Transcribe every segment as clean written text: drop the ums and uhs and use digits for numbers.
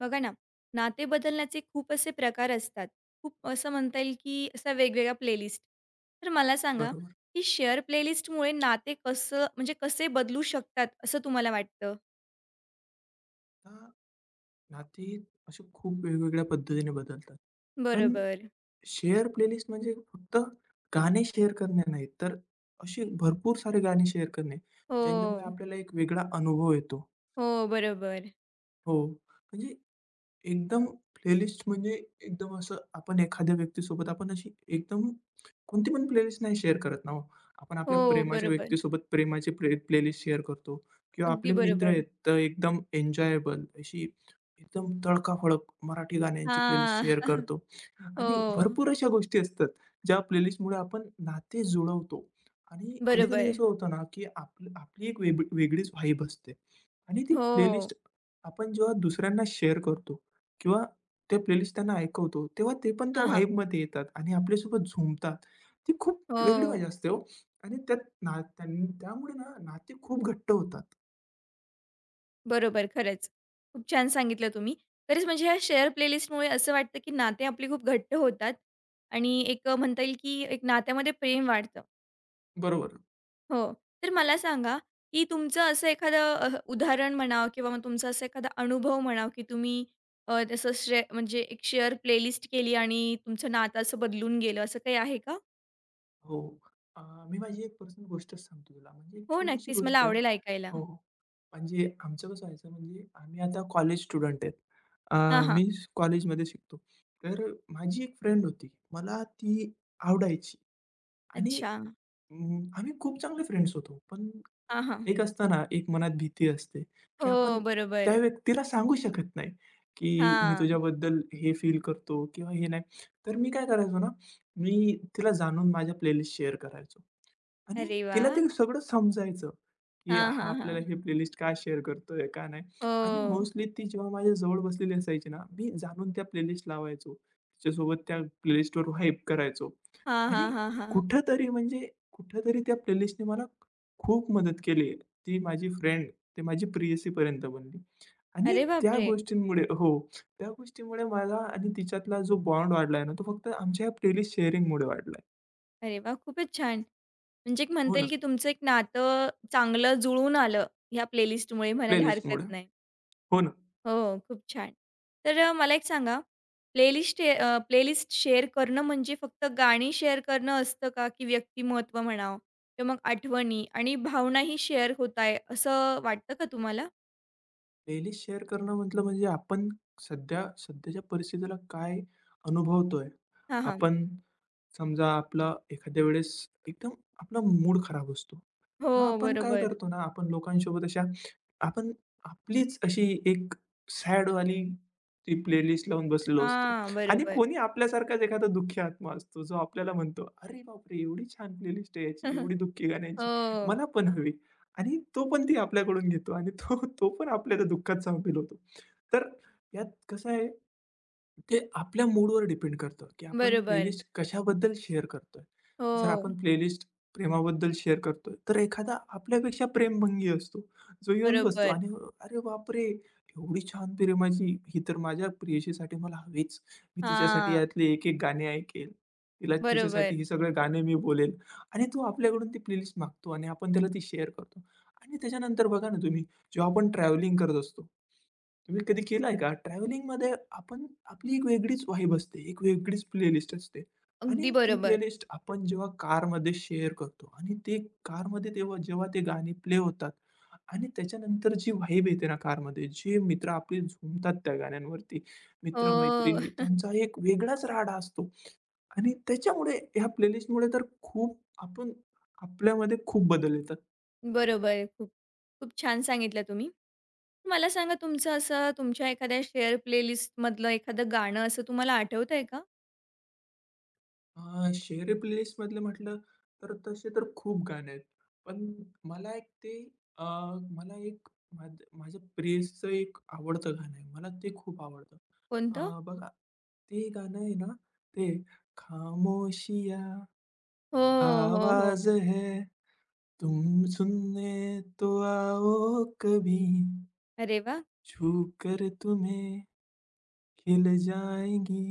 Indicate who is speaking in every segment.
Speaker 1: बघा ना, नाते बदलण्याचे खूप असे प्रकार असतात. खूप असं म्हणता येईल, की असा वेगवेगळ्या प्लेलिस्ट. तर मला सांगा,
Speaker 2: बरोबर.
Speaker 1: की शेअर प्लेलिस्टमुळे नाते कसं म्हणजे कसे बदलू शकतात, असं तुम्हाला वाटतं?
Speaker 2: आता नाती अशी खूप वेगवेगळ्या पद्धतीने बदलतात. पण
Speaker 1: बरोबर.
Speaker 2: शेअर प्लेलिस्ट म्हणजे फक्त गाणे शेअर करणे नाही, तर अशी भरपूर सारे गाणे शेअर करणे, ज्यांच्यामुळे
Speaker 1: हो.
Speaker 2: आपल्याला एक वेगळा अनुभव येतो.
Speaker 1: हो, बरोबर.
Speaker 2: हो, म्हणजे एकदम प्लेलिस्ट म्हणजे एकदम असं आपण एखाद्या व्यक्तीसोबत आपण अशी एकदम कोणती पण प्लेलिस्ट नाही शेअर करत ना हो. आपण आपल्या
Speaker 1: हो,
Speaker 2: प्रेमाच्या
Speaker 1: बरोबर.
Speaker 2: व्यक्तीसोबत प्रेमाची प्लेलिस्ट शेअर करतो किंवा आपले
Speaker 1: अगदी
Speaker 2: मित्र
Speaker 1: बरोबर.
Speaker 2: आहेत तर एकदम एन्जॉयबल अशी एकदम तडकाफडक मराठी गाण्यांची प्लेलिस्ट
Speaker 1: हां.
Speaker 2: शेअर करतो आणि
Speaker 1: हो.
Speaker 2: भरपूर अशा गोष्टी असतात ज्या प्लेलिस्टमुळे आपण नाते जुळवतो आणि कधी-कधी
Speaker 1: बरोबर.
Speaker 2: असं होतं ना, की आपली आपली एक वेगळीच व्हाईब असते आणि ती
Speaker 1: हो.
Speaker 2: प्लेलिस्ट आपण जेव्हा दुसऱ्यांना शेअर करतो किंवा ते प्लेलिस्ट त्यांना ऐकवतो, तेव्हा ते पण त्या
Speaker 1: हां, हां.
Speaker 2: व्हाईबमध्ये येतात आणि आपल्यासोबत झुंबतात. ती खूप वेगळी
Speaker 1: हो.
Speaker 2: मजा असते हो आणि त्यात ना त्यामुळे ना नाती खूप घट्ट होतात.
Speaker 1: बरोबर, खरंच. खूप छान सांगितलं तुम्ही. खरंच म्हणजे ह्या शेअर प्लेलिस्टमुळे असं वाटतं, की नाते आपली खूप घट्ट होतात आणि एक म्हणता येईल, की एक नात्यामध्ये प्रेम वाढतं.
Speaker 2: बरोबर.
Speaker 1: हो. तर मला सांगा, की तुमचं असं एखादं उदाहरण म्हणावं किंवा मग तुमचा असा एखादा अनुभव म्हणावा, की तुम्ही अ, तसं शे म्हणजे एक शेअर प्लेलिस्ट केली आणि तुमचं नातं असं बदलून गेलं, असं काही आहे का?
Speaker 2: हो. अ, मी माझी एक पर्सनल गोष्टच सांगतो तुला. म्हणजे एक
Speaker 1: हो,
Speaker 2: छोटीशी
Speaker 1: नक्कीच. मला
Speaker 2: गोष्ट आहे.
Speaker 1: आवडेल ऐकायला.
Speaker 2: हो, हो. म्हणजे आमचं कसं व्हायचं म्हणजे आम्ही आता कॉलेज स्टुडंट आहेत. अ,
Speaker 1: हां, हां.
Speaker 2: कॉलेजमध्ये शिकतो. तर माझी एक फ्रेंड होती. मला ती आवडायची आणि
Speaker 1: अच्छा.
Speaker 2: आम्ही खूप चांगले फ्रेंड्स होतो. पण
Speaker 1: हां, हां.
Speaker 2: एक मनात भीती असते, की
Speaker 1: हो,
Speaker 2: आपण त्या
Speaker 1: बरोबर.
Speaker 2: व्यक्तीला सांगू शकत नाही, की मी
Speaker 1: हां.
Speaker 2: तुझ्याबद्दल हे फील करतो किंवा हे नाही. तर मी काय करायचो ना, मी तिला जाणून माझ्या प्लेलिस्ट शेअर करायचो. आणि
Speaker 1: अरे
Speaker 2: तिला
Speaker 1: वाह!
Speaker 2: ते सगळं समजायचं, की
Speaker 1: हां,
Speaker 2: हा
Speaker 1: हां,
Speaker 2: आपल्याला
Speaker 1: हां.
Speaker 2: हे प्लेलिस्ट का शेअर करतोय, का नाही. आणि
Speaker 1: हो.
Speaker 2: मोस्टली ती जेव्हा माझ्या जवळ बसलेली असायची ना, मी जाणून त्या प्लेलिस्ट लावायचो. तिच्यासोबत त्या प्लेलिस्टवर व्हाईब करायचो.
Speaker 1: हां,
Speaker 2: आणि
Speaker 1: हां, हां, हां.
Speaker 2: कुठेतरी म्हणजे कुठेतरी त्या प्लेलिस्टने मला खूप मदत केली. ती माझी फ्रेंड, ती माझी प्रेयसीपर्यंत बनली. आणि
Speaker 1: अरे बापरे!
Speaker 2: त्या गोष्टीमुळे मला आणि तिच्यातला जो बॉन्ड वाढलाय ना, तो फक्त आमच्या या प्लेलिस्ट शेअरिंगमुळे वाढलाय.
Speaker 1: अरे वाह! खूपच छान. म्हणजे एक
Speaker 2: हो
Speaker 1: म्हणता
Speaker 2: ना,
Speaker 1: येईल की तुमचं एक नातं चांगलं जुळून आलं ह्या प्लेलिस्टमुळे म्हणायला हरकत
Speaker 2: प्लेलिस्टमुळे.
Speaker 1: नाही.
Speaker 2: हो ना.
Speaker 1: हो, खूप छान. तर मला एक सांगा प्लेलिस्ट शेअर करणं म्हणजे फक्त गाणी शेअर करणं असतं का? की व्यक्तिमत्व म्हणावं किंवा मग आठवणी आणि भावनाही शेअर होत आहे असं वाटतं का तुम्हाला?
Speaker 2: प्लेलिस्ट शेअर करणं म्हटलं म्हणजे आपण सध्याच्या परिस्थितीला काय अनुभवतोय.
Speaker 1: हां, हां.
Speaker 2: आपण समजा आपला एखाद्या वेळेस एकदम आपला मूड खराब असतो.
Speaker 1: हो,
Speaker 2: मग आपण काय
Speaker 1: बरोबर.
Speaker 2: करतो ना, आपण लोकांसोबत अशा आपण आपलीच अशी एक सॅडवाली ती प्लेलिस्ट लावून बसलेलो असतो
Speaker 1: हां,
Speaker 2: आणि
Speaker 1: बरोबर.
Speaker 2: कोणी आपल्यासारखाच एखादा दुःखी आत्मा असतो, जो आपल्याला म्हणतो, "अरे बापरे! एवढी छान प्लेलिस्ट आहे याची, एवढी दुःखी गाण्यांची,
Speaker 1: हो,
Speaker 2: मला पण हवी." आणि तो पण ती आपल्याकडून घेतो आणि तो तो पण आपल्याला दुःखात सामील होतो. तर यात कसं आहे ते आपल्या मूडवर डिपेंड करतं, की आपण
Speaker 1: बरोबर.
Speaker 2: प्लेलिस्ट कशाबद्दल शेअर करतोय. जर
Speaker 1: हो,
Speaker 2: आपण प्लेलिस्ट प्रेमाबद्दल शेअर करतोय, तर एखादा आपल्यापेक्षा प्रेमभंगी असतो, जो येऊन बसतो
Speaker 1: बरोबर.
Speaker 2: आणि "अरे बापरे! एवढी छान प्रेमाची ही तर माझ्या प्रेयसीसाठी मला हवीच. मी तिच्यासाठी
Speaker 1: हां,
Speaker 2: यातले एक-एक गाणे ऐकेल. तिला तिच्यासाठी
Speaker 1: बरोबर.
Speaker 2: ही सगळे गाणे मी बोलेल." आणि तो आपल्याकडून ती प्लेलिस्ट मागतो आणि आपण त्याला ती शेअर करतो. आणि त्याच्यानंतर बघा ना तुम्ही, जेव्हा आपण ट्रॅव्हलिंग करत असतो तुम्ही कधी केलाय का? ट्रॅव्हलिंगमध्ये आपण आपली एक वेगळीच वाइब असते, एक वेगळीच प्लेलिस्ट असते
Speaker 1: अगदी
Speaker 2: आणि ती
Speaker 1: बरोबर.
Speaker 2: प्लेलिस्ट आपण जेव्हा कारमध्ये शेअर करतो आणि कारमध्ये तेव्हा जेव्हा ते गाणी प्ले होतात आणि त्याच्यानंतर जी वाइब येते ना कारमध्ये, जे मित्र आपले झुमतात त्या गाण्यांवरती, मित्र
Speaker 1: हो,
Speaker 2: त्यांचा एक वेगळाच राडा असतो आणि त्याच्यामुळे ह्या प्लेलिस्टमुळे तर खूप आपण आपल्यामध्ये खूप बदल येतात.
Speaker 1: बरोबर. खूप, खूप छान सांगितलं तुम्ही. मला सांगा तुमचं असं तुमच्या एखाद्या शेअर प्लेलिस्टमधलं एखादं गाणं असं तुम्हाला आठवतंय का?
Speaker 2: शहरी प्लेलिस्टमधलं म्हटलं तर तसे तर खूप गाणे आहेत. पण मला एक ते अ, मला एक माझ्या प्रियेचं एक आवडतं गाणं आहे. मला ते खूप आवडतं.
Speaker 1: कोणतं?
Speaker 2: बघा ते गाणं आहे ना, ते खामोशियाँ
Speaker 1: हो, हो, हो.
Speaker 2: आवाज़ है, तुम सुनने तो आओ कभी,
Speaker 1: अरे वाह!
Speaker 2: छू कर तुम्हें खिल जाएंगी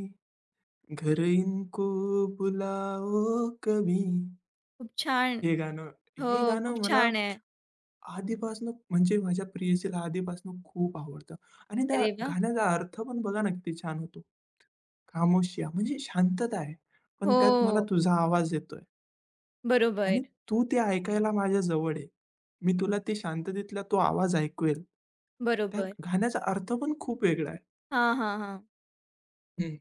Speaker 2: घर इनको बुलाओ कभी.
Speaker 1: खूप छान.
Speaker 2: हे गाणं हे
Speaker 1: हो, खूप
Speaker 2: गाणं मला
Speaker 1: छान आहे.
Speaker 2: आधीपासनं म्हणजे माझ्या प्रेयसीला आधीपासनं खूप आवडतं आणि त्या
Speaker 1: अरे वाह!
Speaker 2: गाण्याचा अर्थ पण बघा ना किती छान होतो. खामोशिया म्हणजे शांतता आहे. पण त्यात मला
Speaker 1: हो,
Speaker 2: तुझा आवाज येतोय
Speaker 1: बरोबर,
Speaker 2: आणि तू ते ऐकायला माझ्या जवळ आहे. मी तुला ते शांततेतला तो आवाज ऐकवेल. त्या
Speaker 1: बरोबर.
Speaker 2: गाण्याचा अर्थ पण खूप वेगळा आहे.
Speaker 1: हां, हां, हां.
Speaker 2: हं.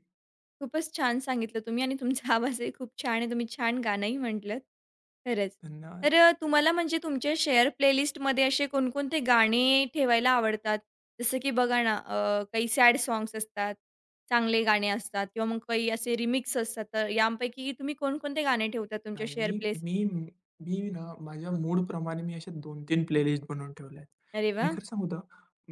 Speaker 1: खूपच छान सांगितलं तुम्ही आणि तुमचा आवाजही खूप छान आहे. तुम्ही छान गाणंही म्हटलंत. खरंच. तर
Speaker 2: धन्यवाद.
Speaker 1: तुम्हाला म्हणजे तुमच्या शेअर प्लेलिस्टमध्ये असे कोणकोणते गाणे ठेवायला आवडतात? जसं की बघा ना, काही सॅड सॉन्ग्स असतात, चांगले गाणे असतात किंवा मग काही असे रिमिक्स असतात. तर यापैकी तुम्ही कोणकोणते गाणे ठेवता तुमच्या
Speaker 2: नाही,
Speaker 1: शेअर
Speaker 2: मी
Speaker 1: प्लेस
Speaker 2: मी मी ना माझ्या मूडप्रमाणे मी अशा 2-3 प्लेलिस्ट बनवून ठेवल्या आहेत.
Speaker 1: अरे
Speaker 2: मी
Speaker 1: वाह!
Speaker 2: खरं सांगू का,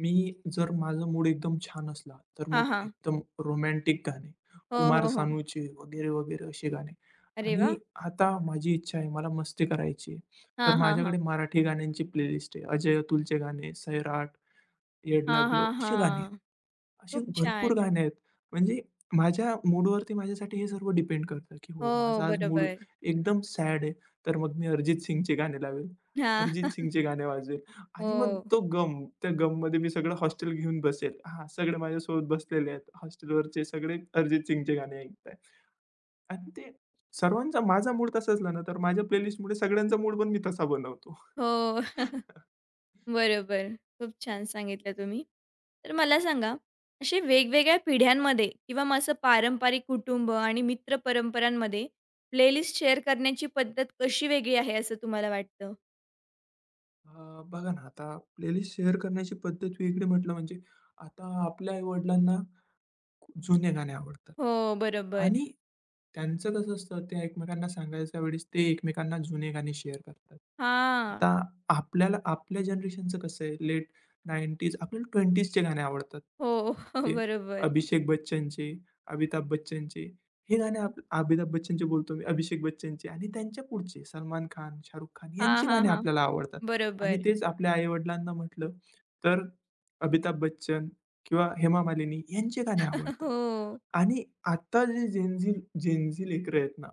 Speaker 2: मी जर माझा मूड एकदम छान असला, तर
Speaker 1: हां,
Speaker 2: मग
Speaker 1: हां.
Speaker 2: एकदम रोमॅन्टिक गाणे,
Speaker 1: हो,
Speaker 2: कुमार
Speaker 1: हो, हो.
Speaker 2: सानूचे वगैरे, वगैरे असे गाणे
Speaker 1: अरे
Speaker 2: आणि
Speaker 1: वाह!
Speaker 2: आता माझी इच्छा आहे, मला मस्ती करायची आहे, तर
Speaker 1: हां, हां,
Speaker 2: माझ्याकडे
Speaker 1: हां.
Speaker 2: मराठी गाण्यांची प्लेलिस्ट आहे. अजय अतुलचे गाणे, सैराट, येड
Speaker 1: हां,
Speaker 2: लागलं
Speaker 1: हां,
Speaker 2: अशी गाणी
Speaker 1: हां.
Speaker 2: अशी
Speaker 1: खूप छान.
Speaker 2: भरपूर गाणी आहेत. म्हणजे माझ्या मूडवरती माझ्यासाठी हे सर्व डिपेंड करतं, की हो
Speaker 1: हो,
Speaker 2: माझा आज मूड
Speaker 1: बरोबर.
Speaker 2: एकदम सॅड आहे, तर मग मी अरिजित सिंगचे गाणे लावेल.
Speaker 1: हां.
Speaker 2: अरिजित सिंगचे गाणे वाजवेल आणि मग
Speaker 1: हो.
Speaker 2: तो गम, त्या गममध्ये मी सगळं हॉस्टेल घेऊन बसेल. हां, सगळे माझ्यासोबत बसलेले आहेत. हॉस्टेलवरचे सगळे अरिजित सिंगचे गाणे ऐकताय. आणि ते सर्वांचा माझा मूड तसा असला ना, तर माझ्या प्लेलिस्टमुळे सगळ्यांचा मूड पण मी तसा बनवतो.
Speaker 1: हो. बरोबर. खूप छान सांगितलं तुम्ही. तर मला सांगा, असे वेगवेगळ्या पिढ्यांमध्ये किंवा मग असं पारंपरिक कुटुंब आणि मित्र परंपरांमध्ये प्लेलिस्ट शेअर करण्याची पद्धत कशी वेगळी आहे असं तुम्हाला वाटतं?
Speaker 2: अ, बघा ना, आता प्लेलिस्ट शेअर करण्याची पद्धत वेगळी म्हटलं म्हणजे आता आपल्या आई-वडिलांना खूप जुने गाणे आवडतात
Speaker 1: हो, बरोबर.
Speaker 2: आणि त्यांचं कसं असतं ते एकमेकांना सांगायच्या वेळेस ते एकमेकांना जुने गाणे शेअर करतात. आता
Speaker 1: हां.
Speaker 2: आपल्याला आपल्या जनरेशनचं कसं आहे लेट 90s आपल्याला 20sचे गाणे आवडतात.
Speaker 1: हो,
Speaker 2: ते
Speaker 1: बरोबर.
Speaker 2: अभिषेक बच्चनचे, अमिताभ बच्चनचे हे गाणे अमिताभ बच्चनचे बोलतो मी, अभिषेक बच्चनचे आणि त्यांच्या पुढचे सलमान खान, शाहरुख खान
Speaker 1: हां,
Speaker 2: यांची
Speaker 1: हां,
Speaker 2: गाणी
Speaker 1: हां.
Speaker 2: आपल्याला आवडतात आणि
Speaker 1: बरोबर.
Speaker 2: तेच आपल्या आई म्हटलं तर अमिताभ बच्चन, किंवा हेमा मालिनी यांचे गाणे आवडतात.
Speaker 1: हो.
Speaker 2: आणि आता जे जेन झी लेकरं आहेत ना,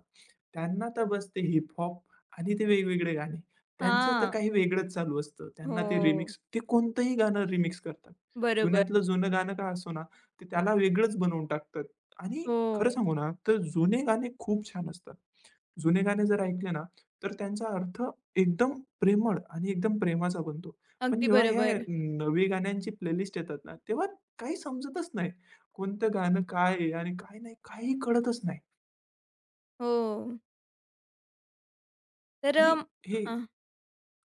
Speaker 2: त्यांना तर बस ते हिप-हॉप आणि ते वेगवेगळे गाणे. त्यांचं तर
Speaker 1: हां.
Speaker 2: काही वेगळंच चालू असतं. त्यांना ते
Speaker 1: हो.
Speaker 2: रिमिक्स ते कोणतंही गाणं रिमिक्स करतात.
Speaker 1: बरोबर.
Speaker 2: जुन्यातलं जुनं गाणं का असो ना, ते त्याला वेगळंच बनवून टाकतात. आणि खरं
Speaker 1: हो.
Speaker 2: सांगू ना, तर जुने गाणे खूप छान असतात. जुने गाणे जर ऐकले ना, तर त्यांचा अर्थ एकदम प्रेमळ आणि एकदम प्रेमाचा बनतो. पण
Speaker 1: अगदी
Speaker 2: जेव्हा ह्या
Speaker 1: बरोबर.
Speaker 2: नवे गाण्यांची प्लेलिस्ट येतात ना, तेव्हा काही समजतच नाही. कोणतं गाणं काय आहे आणि काय नाही, काही कळतच नाही.
Speaker 1: हो. तर
Speaker 2: आणि हे
Speaker 1: हां.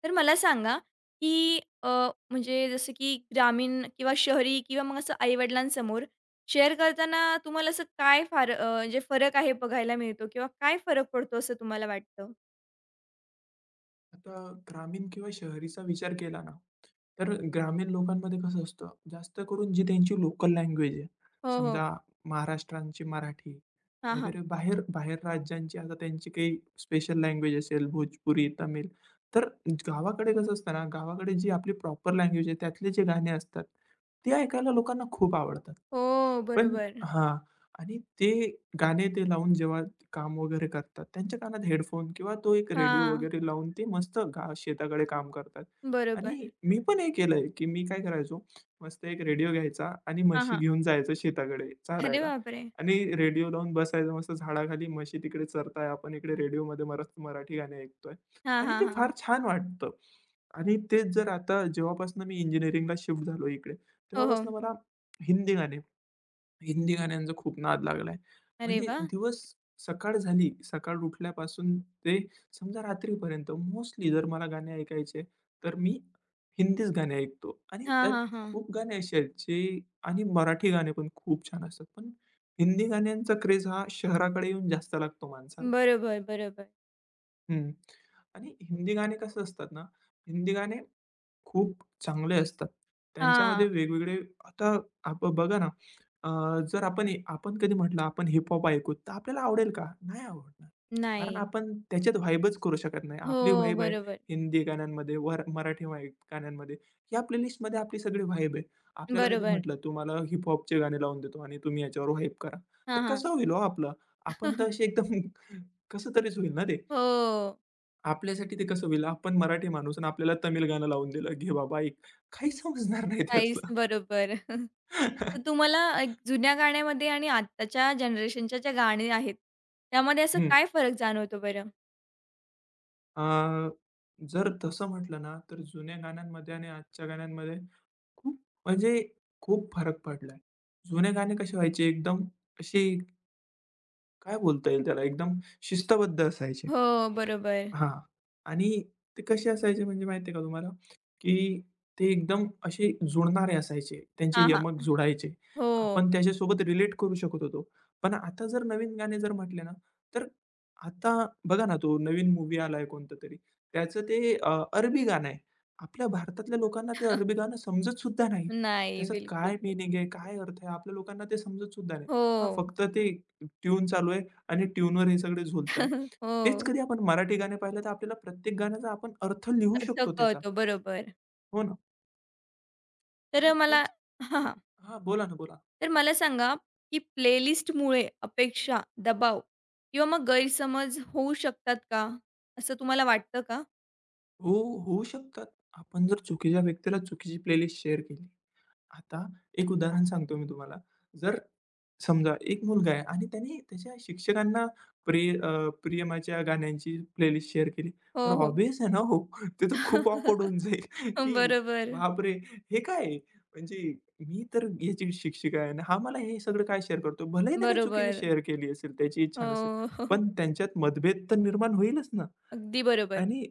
Speaker 1: तर मला सांगा, की म्हणजे जसं की ग्रामीण किंवा शहरी किंवा मग असं आई-वडिलांसमोर शेअर करताना तुम्हाला असं काय फार म्हणजे फरक आहे बघायला मिळतो किंवा काय फरक पडतो असं तुम्हाला वाटतं?
Speaker 2: आता ग्रामीण किंवा शहरीचा विचार केला ना तर ग्रामीण लोकांमध्ये कसं असतं, जास्त करून जी त्यांची लोकल लँग्वेज आहे,
Speaker 1: हो, हो.
Speaker 2: समजा महाराष्ट्रांची मराठी
Speaker 1: हां, हां.
Speaker 2: वगैरे बाहेर बाहेर राज्यांची आता त्यांची काही स्पेशल लँग्वेज असेल, भोजपुरी, तमिळ. तर गावाकडे कसं असतं ना, गावाकडे जी आपली प्रॉपर लँग्वेज आहे, त्यातले जे गाणे असतात, ते ऐकायला लोकांना खूप आवडतात.
Speaker 1: हो,
Speaker 2: पण
Speaker 1: बरोबर.
Speaker 2: हां. आणि ते गाणे ते लावून जेव्हा काम वगैरे करतात, त्यांच्या कानात हेडफोन किंवा तो एक रेडिओ
Speaker 1: हां.
Speaker 2: वगैरे लावून ते मस्त गा शेताकडे काम करतात. आणि
Speaker 1: बरोबर.
Speaker 2: मी पण हे केलंय, की मी काय करायचो, मस्त एक रेडिओ घ्यायचा आणि
Speaker 1: हां,
Speaker 2: म्हशी
Speaker 1: हां.
Speaker 2: घेऊन जायचो शेताकडे
Speaker 1: अरे
Speaker 2: चारायला
Speaker 1: बापरे!
Speaker 2: आणि रेडिओ लावून बसायचं मस्त झाडाखाली. म्हशी तिकडे चरताय, आपण इकडे रेडिओमध्ये मस्त मराठी गाणी ऐकतोय
Speaker 1: हां,
Speaker 2: आणि
Speaker 1: हां,
Speaker 2: ते फार
Speaker 1: हां.
Speaker 2: छान वाटतं. आणि तेच जर आता जेव्हापासून मी इंजिनिअरिंगला शिफ्ट झालो इकडे,
Speaker 1: हो, हो.
Speaker 2: तेव्हापासून मला हिंदी गाणे हिंदी गाण्यांचा खूप नाद लागलाय.
Speaker 1: अरे
Speaker 2: म्हणजे
Speaker 1: वाह!
Speaker 2: सकाळ झाली, सकाळ उठल्यापासून ते समजा रात्रीपर्यंत मोस्टली जर मला गाणे ऐकायचे, तर मी हिंदीच गाणे ऐकतो आणि
Speaker 1: हां,
Speaker 2: त्यात
Speaker 1: हां, हां.
Speaker 2: खूप गाणे असे आहेत जे आणि मराठी गाणे पण खूप छान असतात. पण हिंदी गाण्यांचा क्रेज हा शहराकडे येऊन जास्त लागतो माणसाला.
Speaker 1: बरोबर, बरोबर.
Speaker 2: हं. आणि हिंदी गाणे कसं असतात ना, हिंदी गाणे खूप चांगले असतात.
Speaker 1: हां.
Speaker 2: त्यांच्यामध्ये वेगवेगळे आता आप बघा ना, अ, जर आपण आपण कधी म्हटलं आपण हिप-हॉप ऐकू, तर आपल्याला आवडेल का? नाही आवडणार. कारण
Speaker 1: नाही.
Speaker 2: आपण त्याच्यात व्हाइबच करू शकत नाही. आपली
Speaker 1: हो,
Speaker 2: व्हाइब आहे
Speaker 1: बरोबर.
Speaker 2: हिंदी गाण्यांमध्ये, वर मराठी गाण्यांमध्ये. या प्लेलिस्टमध्ये आपली सगळी व्हाइब आहे. आपल्याला कधी
Speaker 1: बरोबर.
Speaker 2: म्हटलं, तुम्हाला हिप गाणे लावून देतो आणि तुम्ही याच्यावर व्हाइब करा. तर
Speaker 1: हां, हां.
Speaker 2: कसं होईल हो आपलं? आपण तर असे एकदम कसं तरीच होईल ना ते.
Speaker 1: हो.
Speaker 2: आपल्यासाठी ते कसं होईल? आपण मराठी माणूस आणि आपल्याला तमिळ गाणं लावून दिलं. घे बाबा ऐक. काही समजणार नाही
Speaker 1: काहीच
Speaker 2: त्यातलं.
Speaker 1: बरोबर. तर तुम्हाला एक जुन्या गाण्यामध्ये आणि आत्ताच्या जनरेशनच्या ज्या गाणी आहेत, त्यामध्ये असं
Speaker 2: हं.
Speaker 1: काय फरक जाणवतो बरं?
Speaker 2: अ, जर तसं म्हटलं ना, तर जुन्या गाण्यांमध्ये आणि आजच्या गाण्यांमध्ये खूप म्हणजे खूप फरक पडलाय. जुने गाणे कसे व्हायचे एकदम असे काय बोलता येईल त्याला एकदम शिस्तबद्ध असायचे.
Speaker 1: हो, बरोबर.
Speaker 2: हां. आणि ते कसे असायचे म्हणजे माहिती आहे का तुम्हाला, की ते एकदम असे जुळणारे असायचे. त्यांचे
Speaker 1: हां, हां.
Speaker 2: यमक जुळायचे.
Speaker 1: हो.
Speaker 2: आपण त्याच्यासोबत रिलेट करू शकत होतो. पण आता जर नवीन गाणे जर म्हटले ना, तर आता बघा ना, तो नवीन मूव्ही आलाय कोणता तरी. त्याचं ते अरबी गाणं आहे. आपल्या भारतातल्या लोकांना ते अरबी गाणं समजत सुद्धा नाही.
Speaker 1: नाही,
Speaker 2: त्याचं काय
Speaker 1: बिलकुल.
Speaker 2: मीनिंग आहे, काय अर्थ आहे, आपल्या लोकांना ते समजत सुद्धा नाही.
Speaker 1: हो.
Speaker 2: हां, फक्त ते ट्यून चालू आहे. आणि ट्यूनवर हे सगळे झुलताय. तेच
Speaker 1: हो.
Speaker 2: कधी आपण मराठी गाणे पाहिलं तर आपल्याला प्रत्येक गाण्याचा आपण अर्थ लिहू
Speaker 1: अर्थ
Speaker 2: शकतो त्याचा.
Speaker 1: कळतो. बरोबर.
Speaker 2: हो ना? आणि
Speaker 1: तर मला
Speaker 2: तेच
Speaker 1: हां, हां.
Speaker 2: हां, बोला ना, बोला.
Speaker 1: तर मला सांगा, की प्लेलिस्टमुळे अपेक्षा, दबाव किंवा मग गैरसमज होऊ शकतात का? असं तुम्हाला वाटतं का?
Speaker 2: हो, होऊ शकतात. आपण जर चुकीच्या व्यक्तीला चुकीची प्लेलिस्ट शेअर केली. आता एक उदाहरण सांगतो मी तुम्हाला. जर समजा एक मुलगा आहे आणि त्याने त्याच्या शिक्षकांना प्रियमाच्या गाण्यांची प्लेलिस्ट शेअर केली. तर
Speaker 1: हो, हो.
Speaker 2: ऑब्व्हियस आहे ना हो, ते तर खूप ऑकवर्ड होऊन जाईल, की
Speaker 1: बरोबर.
Speaker 2: बापरे! हे काय आहे? म्हणजे मी तर याची शिक्षिका आहे आणि हा मला हे सगळं काय शेअर करतो? भलेही त्याने चुकीने
Speaker 1: बरोबर.
Speaker 2: शेअर केली असेल, त्याची
Speaker 1: अ,
Speaker 2: इच्छा नसेल, पण त्यांच्यात मतभेद तर निर्माण होईलच ना
Speaker 1: अगदी बरोबर.
Speaker 2: आणि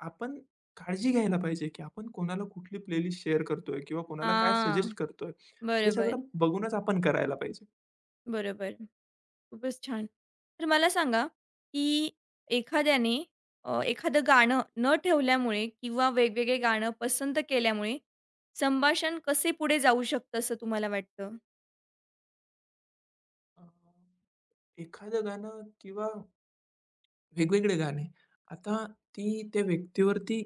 Speaker 2: आपण काळजी घ्यायला पाहिजे, की आपण कोणाला कुठली प्लेलिस्ट शेअर करतोय किंवा कोणाला काय सजेस्ट
Speaker 1: हां.
Speaker 2: करतोय, हे
Speaker 1: बरोबर,
Speaker 2: सगळं बघूनच आपण करायला पाहिजे.
Speaker 1: बरोबर. खूपच छान. तर मला सांगा, की एखाद्याने एखादं गाणं न ठेवल्यामुळे किंवा वेगवेगळे गाणं पसंत केल्यामुळे संभाषण कसे पुढे जाऊ शकतं असं तुम्हाला वाटतं?
Speaker 2: अ, एखादं गाणं किंवा वेगवेगळे गाणे. आता ती त्या व्यक्तीवरती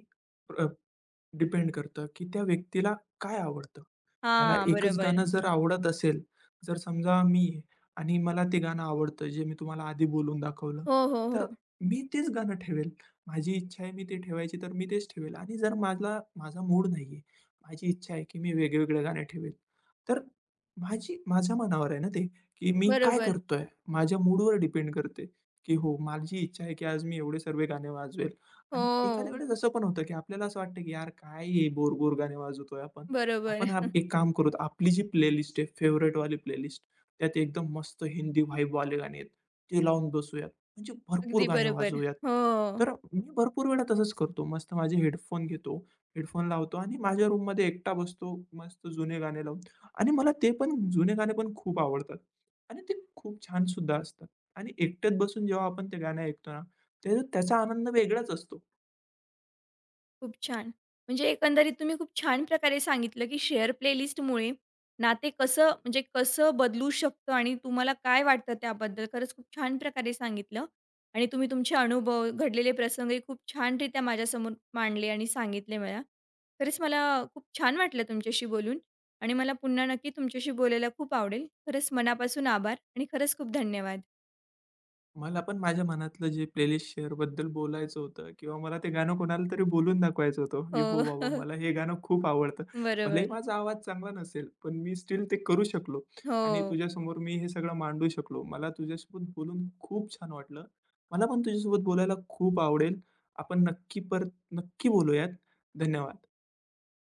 Speaker 2: डिपेंड करतं, की त्या व्यक्तीला काय आवडतं. त्याला
Speaker 1: हां,
Speaker 2: एकच
Speaker 1: बरोबर.
Speaker 2: गाणं जर आवडत असेल, जर समजा मी आहे आणि मला ते गाणं आवडतं, जे मी तुम्हाला आधी बोलून दाखवलं,
Speaker 1: हो, हो,
Speaker 2: तर
Speaker 1: हो.
Speaker 2: मी तेच गाणं ठेवेल. माझी इच्छा आहे मी ते ठेवायची, तर मी तेच ठेवेल आणि जर माझा माझा मूड नाही आहे, माझी इच्छा आहे की मी वेगवेगळे गाणे ठेवेल, तर माझी माझ्या मनावर आहे ना ते, की मी काय
Speaker 1: बरोबर.
Speaker 2: करतोय? माझ्या मूडवर डिपेंड करते, की हो, माझी इच्छा आहे की आज मी एवढे सर्व गाणे वाजवेल. आणि एखाद्या
Speaker 1: हो.
Speaker 2: वेळेस असं पण होतं, की आपल्याला असं वाटतं, की यार काय हे बोर-बोर गाणे वाजवतोय आपण. आपण
Speaker 1: बरोबर.
Speaker 2: हा एक काम करूत, आपली जी प्लेलिस्ट आहे फेवरेट वाली प्लेलिस्ट, त्यात एकदम मस्त हिंदी व्हाईबवाले गाणे आहेत, ते लावून बसूयात. म्हणजे भरपूर
Speaker 1: अगदी
Speaker 2: गाणे
Speaker 1: बरोबर.
Speaker 2: वाजवूयात.
Speaker 1: हो.
Speaker 2: तर मी भरपूर वेळा तसंच करतो. मस्त माझे हेडफोन घेतो, हेडफोन लावतो आणि माझ्या रूममध्ये एकटा बसतो, मस्त जुने गाणे लावून. आणि मला ते पण जुने गाणे पण खूप आवडतात आणि ते खूप छानसुद्धा असतात. आणि एकट्यात बसून जेव्हा आपण ते गाणं ऐकतो ना, तर त्याचा आनंद वेगळाच असतो.
Speaker 1: खूप छान. म्हणजे एकंदरीत तुम्ही खूप छान प्रकारे सांगितलं, की शेअर प्लेलिस्टमुळे नाते कसं म्हणजे कसं बदलू शकतं आणि तुम्हाला काय वाटतं त्याबद्दल. खरंच खूप छान प्रकारे सांगितलं आणि तुम्ही तुमचे अनुभव, घडलेले प्रसंगही खूप छानरित्या माझ्यासमोर मांडले आणि सांगितले मला. खरंच मला खूप छान वाटलं तुमच्याशी बोलून आणि मला पुन्हा नक्की तुमच्याशी बोलायला खूप आवडेल. खरंच मनापासून आभार आणि खरंच खूप धन्यवाद.
Speaker 2: मला पण माझ्या मनातलं जे प्लेलिस्ट शेअरबद्दल बोलायचं होतं किंवा मला ते गाणं कोणाला तरी बोलून दाखवायचं होतं, की
Speaker 1: हो.
Speaker 2: "हो बाबा, मला हे गाणं खूप आवडतं." भलेही
Speaker 1: बरोबर.
Speaker 2: माझा आवाज चांगला नसेल, पण मी स्टिल ते करू शकलो
Speaker 1: हो.
Speaker 2: आणि तुझ्यासमोर मी हे सगळं मांडू शकलो. मला तुझ्यासोबत बोलून खूप छान वाटलं. मला पण तुझ्यासोबत बोलायला खूप आवडेल. आपण नक्की बोलूयात. धन्यवाद.